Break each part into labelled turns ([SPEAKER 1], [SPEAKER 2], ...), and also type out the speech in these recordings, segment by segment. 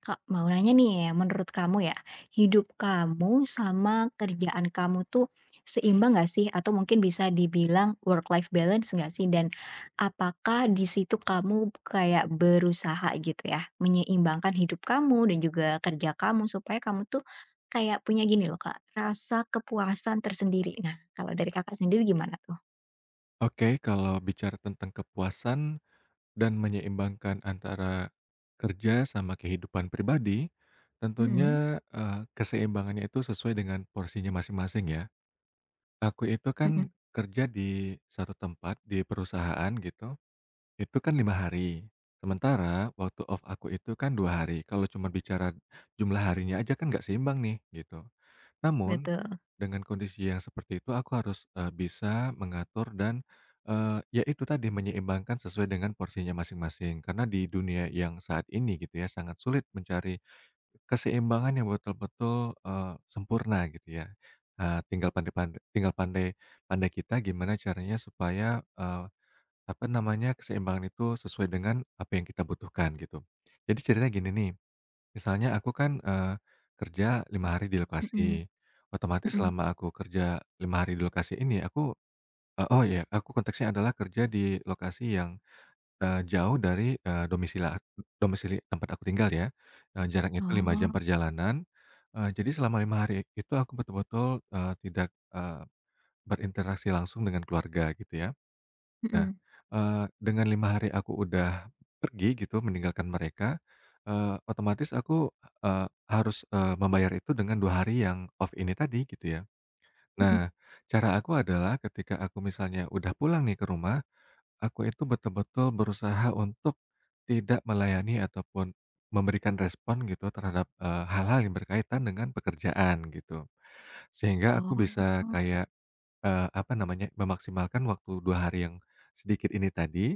[SPEAKER 1] Kak, mau nanya nih, menurut kamu ya, hidup kamu sama kerjaan kamu tuh seimbang nggak sih? Atau mungkin bisa dibilang work life balance nggak sih? Dan apakah di situ kamu kayak berusaha gitu ya, menyeimbangkan hidup kamu dan juga kerja kamu supaya kamu tuh kayak punya gini loh Kak, rasa kepuasan tersendiri. Nah, kalau dari Kakak sendiri gimana tuh?
[SPEAKER 2] Oke, kalau bicara tentang kepuasan dan menyeimbangkan antara kerja sama kehidupan pribadi, tentunya,
[SPEAKER 1] Mhm,
[SPEAKER 2] keseimbangannya itu sesuai dengan porsinya masing-masing ya. Aku itu kan
[SPEAKER 1] mhm,
[SPEAKER 2] kerja di satu tempat, di perusahaan gitu, itu kan 5 hari. Sementara waktu off aku itu kan 2 hari. Kalau cuma bicara jumlah harinya aja kan nggak seimbang nih, gitu. Namun
[SPEAKER 1] betul,
[SPEAKER 2] dengan kondisi yang seperti itu aku harus, bisa mengatur dan, ya itu tadi menyeimbangkan sesuai dengan porsinya masing-masing. Karena di dunia yang saat ini gitu ya sangat sulit mencari keseimbangan yang betul-betul, sempurna gitu ya. Tinggal pandai-pandai tinggal pandai pandai kita gimana caranya supaya, apa namanya, keseimbangan itu sesuai dengan apa yang kita butuhkan gitu. Jadi ceritanya gini nih. Misalnya aku kan, kerja 5 hari di
[SPEAKER 1] mhm,
[SPEAKER 2] lokasi, otomatis
[SPEAKER 1] mhm.
[SPEAKER 2] selama aku kerja 5 hari di lokasi ini aku oh ya, aku konteksnya adalah kerja di lokasi yang, jauh dari, domisili tempat aku tinggal ya, jaraknya itu 5 jam
[SPEAKER 1] Oh,
[SPEAKER 2] perjalanan, jadi selama 5 hari itu aku betul-betul, tidak, eee, berinteraksi langsung dengan keluarga gitu ya. Nah,
[SPEAKER 1] mhm,
[SPEAKER 2] dengan 5 hari aku udah pergi gitu meninggalkan mereka, otomatis aku, eee, harus, membayar itu dengan 2 hari yang off ini tadi gitu ya.
[SPEAKER 1] mhm.
[SPEAKER 2] Nah, cara aku adalah ketika aku misalnya udah pulang nih ke rumah, aku itu betul-betul berusaha untuk tidak melayani ataupun memberikan respon gitu terhadap, hal-hal yang berkaitan dengan pekerjaan gitu. Sehingga aku bisa
[SPEAKER 1] Oh,
[SPEAKER 2] kayak, apa namanya, memaksimalkan waktu 2 hari yang sedikit ini tadi,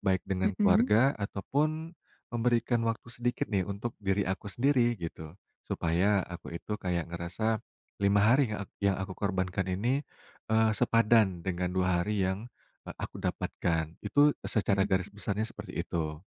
[SPEAKER 2] baik dengan
[SPEAKER 1] mhm.
[SPEAKER 2] keluarga ataupun memberikan waktu sedikit nih untuk diri aku sendiri gitu. Supaya aku itu kayak ngerasa 5 hari yang ak yang aku korbankan ini, sepadan dengan 2 hari yang, aku dapatkan. Itu
[SPEAKER 1] Mhm
[SPEAKER 2] secara garis
[SPEAKER 1] mhm.
[SPEAKER 2] besarnya seperti itu.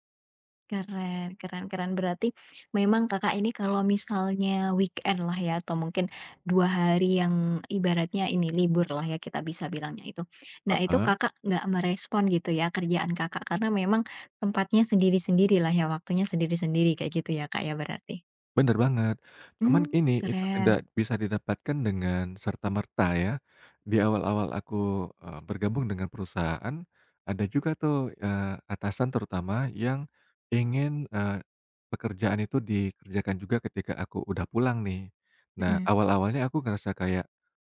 [SPEAKER 1] Keren keren keren. Berarti memang Kakak ini kalau misalnya weekend lah ya atau mungkin 2 hari yang ibaratnya ini libur lah ya kita bisa bilangnya itu. Nah itu
[SPEAKER 2] Heeh.
[SPEAKER 1] Kakak nggak merespon gitu ya kerjaan Kakak karena memang tempatnya sendiri-sendiri lah ya, waktunya sendiri-sendiri kayak gitu ya Kak ya berarti?
[SPEAKER 2] Bener banget. Cuman
[SPEAKER 1] Mmm,
[SPEAKER 2] ini, itu tidak
[SPEAKER 1] keren.
[SPEAKER 2] bisa didapatkan dengan serta-merta ya. Di awal-awal aku, bergabung dengan perusahaan, ada juga tuh, atasan terutama yang ingin, pekerjaan itu dikerjakan juga ketika aku udah pulang nih. Nah,
[SPEAKER 1] Mhm
[SPEAKER 2] awal-awalnya aku ngerasa kayak,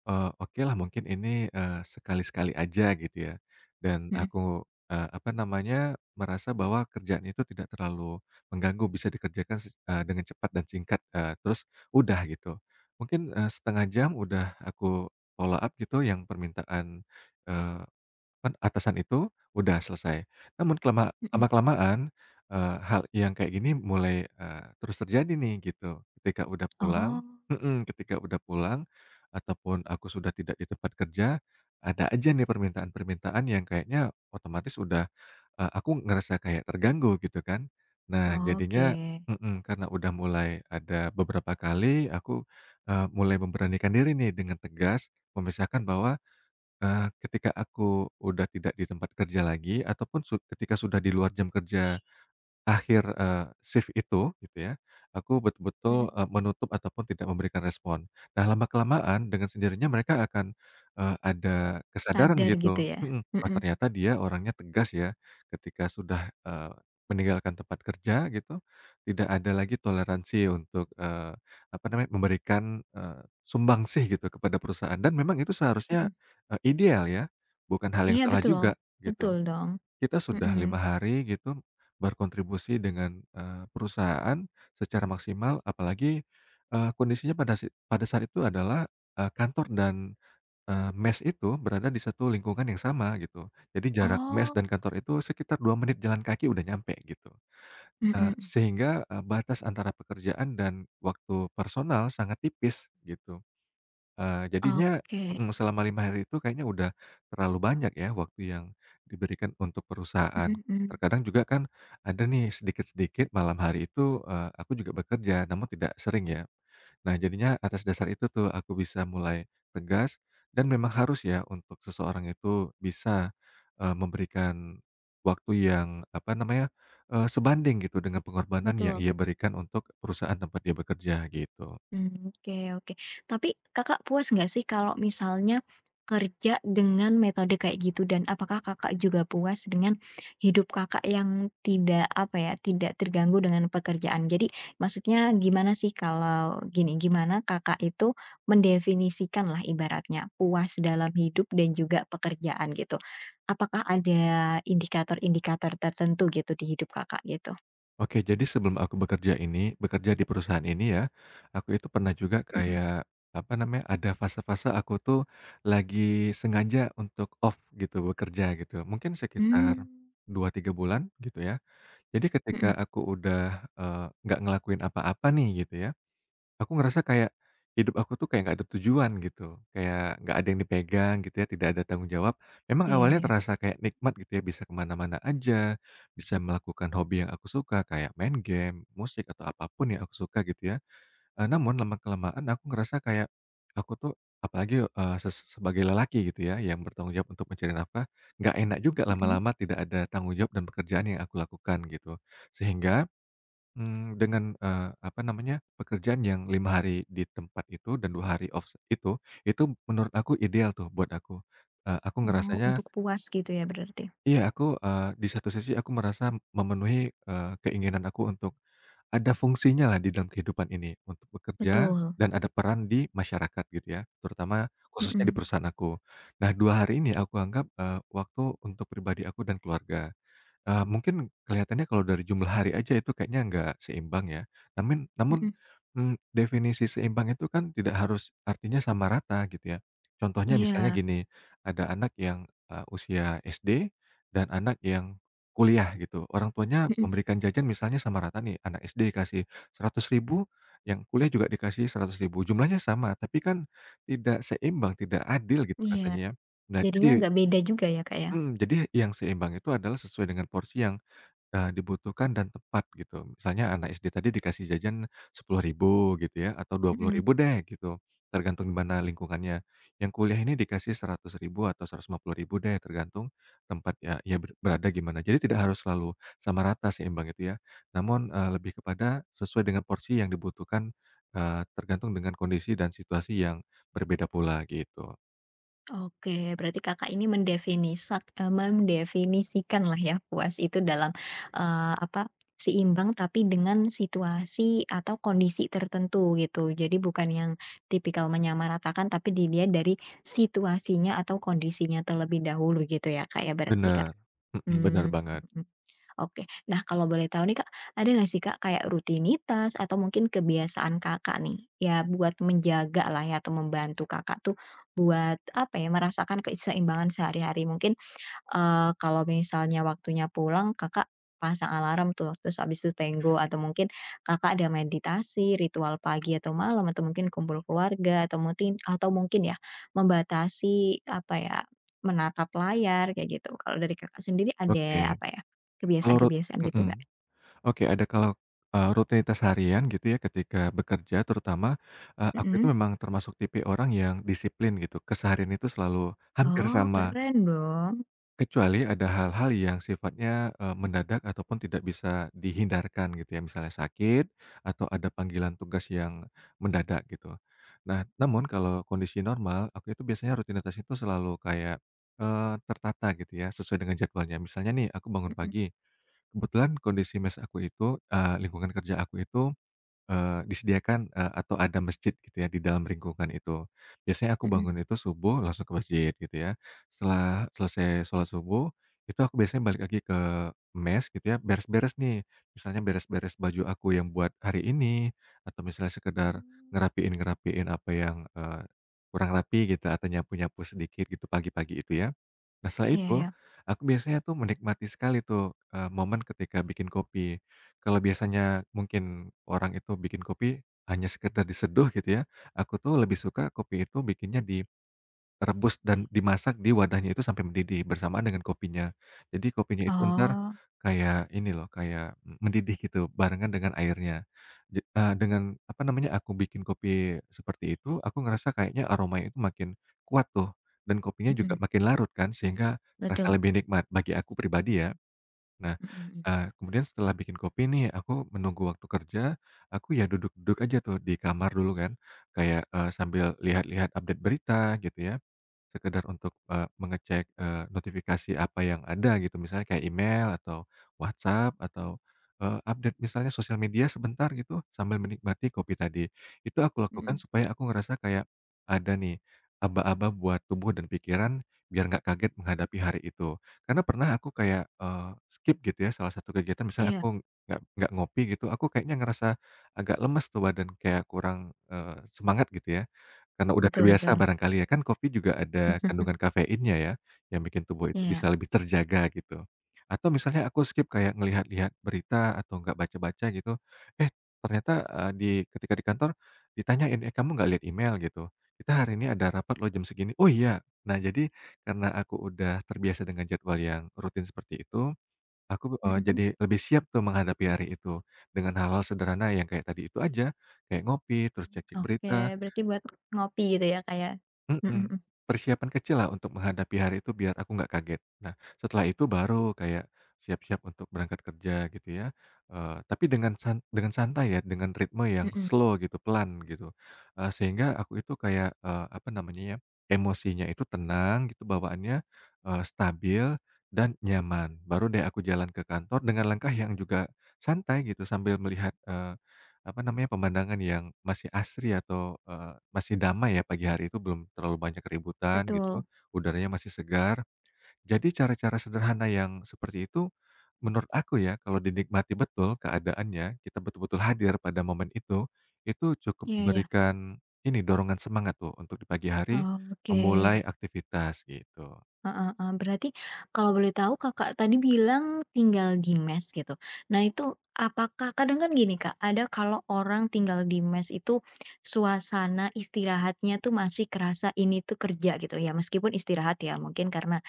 [SPEAKER 2] Okelah mungkin ini, sekali-sekali aja gitu ya, dan
[SPEAKER 1] mhm
[SPEAKER 2] aku, apa namanya, merasa bahwa kerjaan itu tidak terlalu mengganggu, bisa dikerjakan dengan cepat dan singkat, terus udah gitu. Mungkin, 1 jam udah aku follow up gitu yang permintaan, eee kan atasan itu udah selesai. Namun
[SPEAKER 1] mhm.
[SPEAKER 2] lama-kelamaan, hal yang kayak gini mulai, terus terjadi nih gitu. Ketika udah pulang,
[SPEAKER 1] Oh,
[SPEAKER 2] mhm, ketika udah pulang ataupun aku sudah tidak di tempat kerja, ada aja nih permintaan-permintaan yang kayaknya otomatis udah, aku ngerasa kayak terganggu gitu kan. Nah jadinya,
[SPEAKER 1] oke.
[SPEAKER 2] mhm, karena udah mulai ada beberapa kali aku, mulai memberanikan diri nih dengan tegas memisahkan bahwa ketika aku udah tidak di tempat kerja lagi ataupun ketika sudah di luar jam kerja. Akhir, shift itu, gitu ya, aku betul-betul,
[SPEAKER 1] Mhm.
[SPEAKER 2] menutup ataupun tidak memberikan respon. Nah, lama-kelamaan dengan sendirinya mereka akan, ada kesadaran
[SPEAKER 1] Sadar gitu
[SPEAKER 2] gitu,
[SPEAKER 1] ya?
[SPEAKER 2] mhm, "Oh,
[SPEAKER 1] Mhm
[SPEAKER 2] ternyata dia orangnya tegas ya." Ketika sudah, meninggalkan tempat kerja gitu, tidak ada lagi toleransi untuk, apa namanya, memberikan, sumbangsih gitu kepada perusahaan dan memang itu seharusnya,
[SPEAKER 1] mhm.
[SPEAKER 2] ideal ya, bukan hal yang
[SPEAKER 1] Iya
[SPEAKER 2] salah
[SPEAKER 1] betul,
[SPEAKER 2] juga, gitu.
[SPEAKER 1] betul dong.
[SPEAKER 2] Kita sudah
[SPEAKER 1] Mhm.
[SPEAKER 2] 5 hari gitu berkontribusi dengan, perusahaan secara maksimal apalagi, kondisinya pada saat itu adalah, kantor dan, mes itu berada di satu lingkungan yang sama gitu. Jadi jarak mes dan
[SPEAKER 1] Oh.
[SPEAKER 2] kantor itu sekitar 2 menit jalan kaki udah nyampe gitu.
[SPEAKER 1] Mhm,
[SPEAKER 2] Sehingga, batas antara pekerjaan dan waktu personal sangat tipis gitu. Jadinya,
[SPEAKER 1] oke,
[SPEAKER 2] mhm, selama 5 hari itu kayaknya udah terlalu banyak ya waktu yang diberikan untuk perusahaan.
[SPEAKER 1] mhm mhm,
[SPEAKER 2] Terkadang juga kan ada nih sedikit-sedikit malam hari itu, aku juga bekerja namun tidak sering ya. Nah jadinya atas dasar itu tuh aku bisa mulai tegas dan memang harus ya untuk seseorang itu bisa, memberikan waktu yang, apa namanya, sebanding gitu dengan pengorbanan yang
[SPEAKER 1] betul,
[SPEAKER 2] ia berikan untuk perusahaan tempat dia bekerja, gitu.
[SPEAKER 1] mmm, oke oke. Tapi Kakak puas nggak sih kalau misalnya kerja dengan metode kayak gitu dan apakah Kakak juga puas dengan hidup Kakak yang tidak, apa ya, tidak terganggu dengan pekerjaan? Jadi maksudnya gimana sih kalau gini, gimana Kakak itu mendefinisikanlah ibaratnya puas dalam hidup dan juga pekerjaan gitu? Apakah ada indikator-indikator tertentu gitu di hidup Kakak gitu?
[SPEAKER 2] Oke, jadi sebelum aku bekerja di perusahaan ini ya, aku itu pernah juga
[SPEAKER 1] Mhm.
[SPEAKER 2] kayak, apa namanya, ada fase-fase aku tuh lagi sengaja untuk off gitu, bekerja gitu. Mungkin
[SPEAKER 1] Mmm,
[SPEAKER 2] sekitar 2 3 bulan gitu ya. Jadi ketika
[SPEAKER 1] mhm,
[SPEAKER 2] aku udah, nggak ngelakuin apa-apa nih gitu ya, aku ngerasa kayak hidup aku tuh kayak nggak ada tujuan gitu, kayak nggak ada yang dipegang gitu ya, tidak ada tanggung jawab. Memang
[SPEAKER 1] iya
[SPEAKER 2] awalnya
[SPEAKER 1] iya,
[SPEAKER 2] terasa kayak nikmat gitu ya, bisa kemana mana aja, bisa melakukan hobi yang aku suka kayak main game, musik, atau apapun yang aku suka gitu ya. Namun lama-kelamaan aku ngerasa kayak aku tuh apalagi, eee, ses sebagai lelaki gitu ya, yang bertanggung jawab untuk mencari nafkah, nggak enak juga
[SPEAKER 1] mhm,
[SPEAKER 2] lama-lama tidak ada tanggung jawab dan pekerjaan yang aku lakukan gitu. Sehingga, dengan, apa namanya, pekerjaan yang 5 hari di tempat itu dan 2 hari off itu menurut aku ideal tuh buat aku. Aku
[SPEAKER 1] oh
[SPEAKER 2] ngerasanya
[SPEAKER 1] untuk puas gitu ya berarti?
[SPEAKER 2] iya aku, di satu sisi aku merasa memenuhi, keinginan aku untuk ada fungsinya lah di dalam kehidupan ini, untuk bekerja
[SPEAKER 1] Betul,
[SPEAKER 2] dan ada peran di masyarakat gitu ya, terutama khususnya di
[SPEAKER 1] mhm
[SPEAKER 2] perusahaan aku. Nah 2 hari ini aku anggap, waktu untuk pribadi aku dan keluarga. Mungkin kelihatannya kalau dari jumlah hari aja itu kayaknya nggak seimbang ya. Namun,
[SPEAKER 1] mhm,
[SPEAKER 2] definisi seimbang itu kan tidak harus artinya sama rata gitu ya. Contohnya misalnya
[SPEAKER 1] iya,
[SPEAKER 2] gini, ada anak yang, usia SD dan anak yang kuliah gitu. Orang tuanya
[SPEAKER 1] mhm,
[SPEAKER 2] memberikan jajan misalnya sama rata nih, anak SD dikasih Rp100.000, yang kuliah juga dikasih Rp100.000. Jumlahnya sama, tapi kan tidak seimbang, tidak adil gitu
[SPEAKER 1] iya,
[SPEAKER 2] rasanya ya. Nah
[SPEAKER 1] jadinya
[SPEAKER 2] jadi,
[SPEAKER 1] agak beda juga ya, Kak, ya?
[SPEAKER 2] mhm, jadi yang seimbang itu adalah sesuai dengan porsi yang dibutuhkan dan tepat gitu. Misalnya anak SD tadi dikasih jajan Rp10.000 gitu ya atau dua puluh
[SPEAKER 1] Mhm,
[SPEAKER 2] ribu deh gitu, tergantung di mana lingkungannya. Yang kuliah ini dikasih Rp100.000 atau Rp150.000 deh tergantung tempat ya ia berada gimana. Jadi tidak harus selalu sama rata seimbang itu ya. Namun, lebih kepada sesuai dengan porsi yang dibutuhkan, tergantung dengan kondisi dan situasi yang berbeda pula gitu.
[SPEAKER 1] oke berarti Kakak ini mendefinisikanlah ya puas itu dalam, apa, seimbang tapi dengan situasi atau kondisi tertentu gitu. Jadi bukan yang tipikal menyamaratakan tapi dilihat dari situasinya atau kondisinya terlebih dahulu gitu ya, Kak, ya berarti, Kak?
[SPEAKER 2] Bener,
[SPEAKER 1] Ya?
[SPEAKER 2] mhm, bener
[SPEAKER 1] Mmm,
[SPEAKER 2] banget.
[SPEAKER 1] mhm. Oke. Nah, kalau boleh tahu nih, Kak, ada nggak sih, Kak, kayak rutinitas atau mungkin kebiasaan Kakak nih, ya buat menjagalah ya atau membantu Kakak tuh buat, apa ya, merasakan keseimbangan sehari-hari? Mungkin kalau misalnya waktunya pulang, Kakak pasang alarm tuh, terus abis itu tenggo atau mungkin Kakak ada meditasi, ritual pagi atau malam, atau mungkin kumpul keluarga, atau mungkin ya membatasi, apa ya, menatap layar kayak gitu. Kalau dari Kakak sendiri
[SPEAKER 2] Oke,
[SPEAKER 1] ada, apa ya,
[SPEAKER 2] kalau rut
[SPEAKER 1] kebiasaan-kebiasaan gitu
[SPEAKER 2] mhm.
[SPEAKER 1] nggak?
[SPEAKER 2] Oke, ada kalau, rutinitas harian gitu ya ketika bekerja terutama, aku itu
[SPEAKER 1] Mhm.
[SPEAKER 2] memang termasuk tipe orang yang disiplin gitu, keseharian itu selalu hampir
[SPEAKER 1] Oh,
[SPEAKER 2] sama,
[SPEAKER 1] keren dong.
[SPEAKER 2] kecuali ada hal-hal yang sifatnya, mendadak ataupun tidak bisa dihindarkan gitu ya, misalnya sakit atau ada panggilan tugas yang mendadak gitu. Nah, namun kalau kondisi normal, aku itu biasanya rutinitas itu selalu kayak, tertata gitu ya, sesuai dengan jadwalnya. Misalnya nih, aku bangun
[SPEAKER 1] Mhm
[SPEAKER 2] pagi. Kebetulan kondisi mes aku itu, lingkungan kerja aku itu, disediakan, atau ada masjid gitu ya di dalam lingkungan itu. Biasanya aku
[SPEAKER 1] mhm.
[SPEAKER 2] bangun itu subuh langsung ke masjid gitu ya. Setelah selesai sholat subuh, itu aku biasanya balik lagi ke mes gitu ya, beres-beres nih. Misalnya beres-beres baju aku yang buat hari ini, atau misalnya sekedar
[SPEAKER 1] Mmm,
[SPEAKER 2] ngerapiin-ngerapiin apa yang, kurang rapi gitu, atau nyapu-nyapu sedikit gitu pagi-pagi itu ya. Nah, setelah
[SPEAKER 1] iya
[SPEAKER 2] itu,
[SPEAKER 1] iya.
[SPEAKER 2] aku biasanya tuh menikmati sekali tuh, momen ketika bikin kopi. Kalau biasanya mungkin orang itu bikin kopi hanya sekedar diseduh gitu ya, aku tuh lebih suka kopi itu bikinnya di rebus dan dimasak di wadahnya itu sampai mendidih bersamaan dengan kopinya. Jadi kopinya itu entar
[SPEAKER 1] Oh,
[SPEAKER 2] kayak ini loh, kayak mendidih gitu barengan dengan airnya. Dengan apa namanya, aku bikin kopi seperti itu, aku ngerasa kayaknya aromanya itu makin kuat tuh dan kopinya juga
[SPEAKER 1] mhm,
[SPEAKER 2] makin larut kan sehingga terasa
[SPEAKER 1] betul.
[SPEAKER 2] lebih nikmat bagi aku pribadi ya. Nah,
[SPEAKER 1] Mhm mhm.
[SPEAKER 2] kemudian setelah bikin kopi nih aku menunggu waktu kerja, aku ya duduk-duduk aja tuh di kamar dulu kan, kayak, sambil lihat-lihat update berita gitu ya. Sekedar untuk, mengecek, notifikasi apa yang ada gitu, misalnya kayak email atau WhatsApp atau, update misalnya sosial media sebentar gitu, sambil menikmati kopi tadi. Itu aku lakukan
[SPEAKER 1] Mhm.
[SPEAKER 2] supaya aku ngerasa kayak ada nih aba-aba buat tubuh dan pikiran, biar nggak kaget menghadapi hari itu. Karena pernah aku kayak, skip gitu ya salah satu kegiatan, misalnya
[SPEAKER 1] Iya,
[SPEAKER 2] aku nggak ngopi gitu, aku kayaknya ngerasa agak lemes tuh badan, kayak kurang, semangat gitu ya. Karena udah
[SPEAKER 1] betul
[SPEAKER 2] terbiasa
[SPEAKER 1] betul.
[SPEAKER 2] barangkali ya, kan kopi juga ada kandungan kafeinnya ya, yang bikin tubuh itu
[SPEAKER 1] Iya.
[SPEAKER 2] bisa lebih terjaga gitu. Atau misalnya aku skip kayak ngelihat-lihat berita atau nggak baca-baca gitu, eh ternyata, ketika di kantor ditanyain, "Eh kamu nggak lihat email?" gitu, "Kita hari ini ada rapat loh jam segini." "Oh iya." Nah jadi karena aku udah terbiasa dengan jadwal yang rutin seperti itu, aku,
[SPEAKER 1] Mhm.
[SPEAKER 2] jadi lebih siap tuh menghadapi hari itu, dengan hal-hal sederhana yang kayak tadi itu aja, kayak ngopi, terus cek-cek
[SPEAKER 1] Oke,
[SPEAKER 2] berita,
[SPEAKER 1] berarti buat ngopi gitu ya, kayak, mhm mhm
[SPEAKER 2] mhm, persiapan kecil lah untuk menghadapi hari itu biar aku nggak kaget. Nah, setelah itu baru kayak siap-siap untuk berangkat kerja gitu ya, tapi dengan santai ya, dengan ritme yang
[SPEAKER 1] mhm,
[SPEAKER 2] slow gitu, pelan gitu, sehingga aku itu kayak, apa namanya ya, emosinya itu tenang gitu bawaannya, stabil dan nyaman. Baru deh aku jalan ke kantor dengan langkah yang juga santai gitu sambil melihat, apa namanya, pemandangan yang masih asri atau, masih damai ya pagi hari itu belum terlalu banyak keributan gitu,
[SPEAKER 1] betul,
[SPEAKER 2] udaranya masih segar. Jadi cara-cara sederhana yang seperti itu, menurut aku ya kalau dinikmati betul keadaannya, kita betul-betul hadir pada momen itu cukup
[SPEAKER 1] iya iya,
[SPEAKER 2] memberikan ini, dorongan semangat tuh untuk di pagi hari memulai
[SPEAKER 1] oke.
[SPEAKER 2] aktivitas gitu.
[SPEAKER 1] Heeh heeh. Berarti kalau boleh tahu Kakak tadi bilang tinggal di mes gitu. Nah itu apakah kadang kan gini Kak, ada kalau orang tinggal di mes itu suasana istirahatnya tuh masih kerasa ini tuh kerja gitu ya, meskipun istirahat ya mungkin karena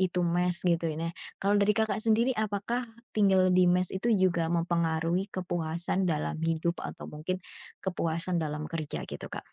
[SPEAKER 1] itu mes gitu ya. Nah kalau dari Kakak sendiri apakah tinggal di mes itu juga mempengaruhi kepuasan dalam hidup atau mungkin kepuasan dalam kerja gitu Kak?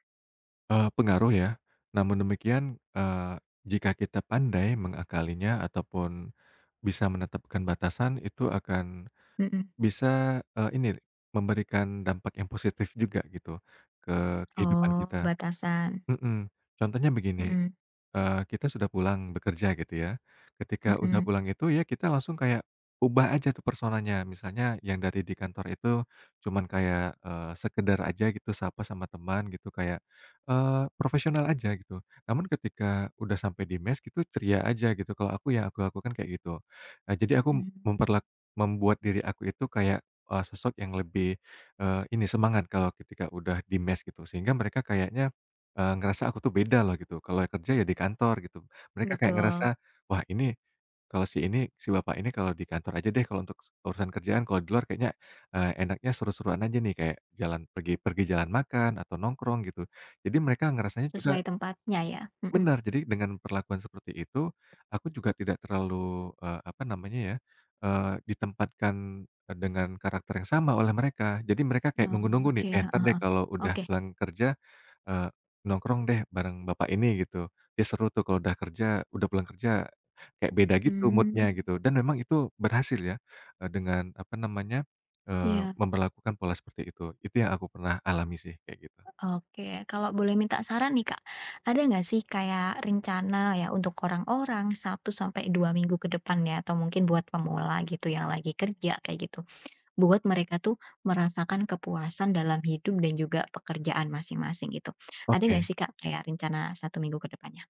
[SPEAKER 2] Pengaruh ya, namun demikian, jika kita pandai mengakalinya ataupun bisa menetapkan batasan itu akan
[SPEAKER 1] Mhm.
[SPEAKER 2] bisa, ini, memberikan dampak yang positif juga gitu, ke kehidupan
[SPEAKER 1] Oh
[SPEAKER 2] kita.
[SPEAKER 1] batasan.
[SPEAKER 2] Mhm, contohnya begini.
[SPEAKER 1] Mhm
[SPEAKER 2] Kita sudah pulang bekerja gitu ya. Ketika, mhm, udah
[SPEAKER 1] mhm
[SPEAKER 2] pulang itu ya kita langsung kayak ubah aja tuh personanya. Misalnya yang dari di kantor itu cuman kayak, sekedar aja gitu sapa sama teman gitu kayak, profesional aja gitu. Namun ketika udah sampai di mes gitu ceria aja gitu. Kalau aku yang aku lakukan kayak gitu. Nah jadi aku
[SPEAKER 1] mhm.
[SPEAKER 2] membuat diri aku itu kayak, sosok yang lebih, ini semangat kalau ketika udah di mes gitu. Sehingga mereka kayaknya ngerasa aku tuh beda loh gitu, kalau kerja ya di kantor gitu. Mereka kayak ngerasa,
[SPEAKER 1] Betul,
[SPEAKER 2] "Wah ini, kalau si ini, si bapak ini kalau di kantor aja deh kalau untuk urusan kerjaan, kalau di luar kayaknya, enaknya seru-seruan aja nih," kayak jalan pergi pergi jalan makan atau nongkrong gitu. Jadi mereka ngerasanya juga
[SPEAKER 1] sesuai tempatnya ya? Mhm.
[SPEAKER 2] benar, jadi dengan perlakuan seperti itu, aku juga tidak terlalu, apa namanya ya, ditempatkan, dengan karakter yang sama oleh mereka. Jadi mereka kayak nunggu-nunggu nih,
[SPEAKER 1] Oke,
[SPEAKER 2] "Eh,
[SPEAKER 1] heeh
[SPEAKER 2] entar deh
[SPEAKER 1] heeh.
[SPEAKER 2] kalau udah
[SPEAKER 1] Oke,
[SPEAKER 2] pulang kerja, eee, nongkrong deh bareng bapak ini," gitu. "Dia seru tuh kalau udah kerja udah pulang kerja," kayak beda gitu
[SPEAKER 1] mmm,
[SPEAKER 2] moodnya gitu, dan memang itu berhasil ya, dengan apa namanya,
[SPEAKER 1] iya,
[SPEAKER 2] memperlakukan pola seperti itu. Itu yang aku pernah alami sih kayak gitu.
[SPEAKER 1] oke. Kalau boleh minta saran nih Kak, ada nggak sih kayak rencana ya untuk orang-orang satu sampai 2 minggu ke depan ya, atau mungkin buat pemula gitu yang lagi kerja kayak gitu, buat mereka tuh merasakan kepuasan dalam hidup dan juga pekerjaan masing-masing gitu. Ada nggak
[SPEAKER 2] Oke.
[SPEAKER 1] sih Kak kayak rencana satu minggu ke depannya?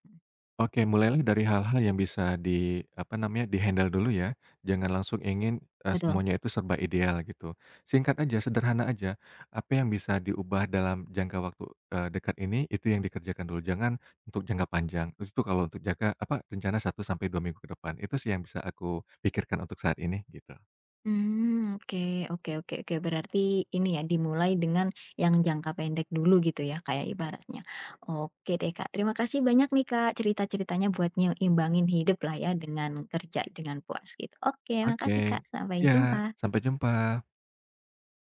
[SPEAKER 2] Oke, mulailah dari hal-hal yang bisa di apa namanya, di-handle dulu ya. Jangan langsung ingin,
[SPEAKER 1] Betul.
[SPEAKER 2] semuanya itu serba ideal gitu. Singkat aja, sederhana aja. Apa yang bisa diubah dalam jangka waktu, dekat ini, itu yang dikerjakan dulu. Jangan untuk jangka panjang. Itu kalau untuk jangka apa, rencana 1 sampai 2 minggu ke depan. Itu sih yang bisa aku pikirkan untuk saat ini, gitu.
[SPEAKER 1] Hmm, oke oke oke oke. Berarti ini ya dimulai dengan yang jangka pendek dulu gitu ya kayak ibaratnya. Oke deh Kak, terima kasih banyak nih Kak, cerita-ceritanya buat nyimbangin hidup lah ya dengan kerja dengan puas gitu. Oke makasih Kak,
[SPEAKER 2] Oke.
[SPEAKER 1] sampai
[SPEAKER 2] Ya,
[SPEAKER 1] jumpa.
[SPEAKER 2] sampai jumpa.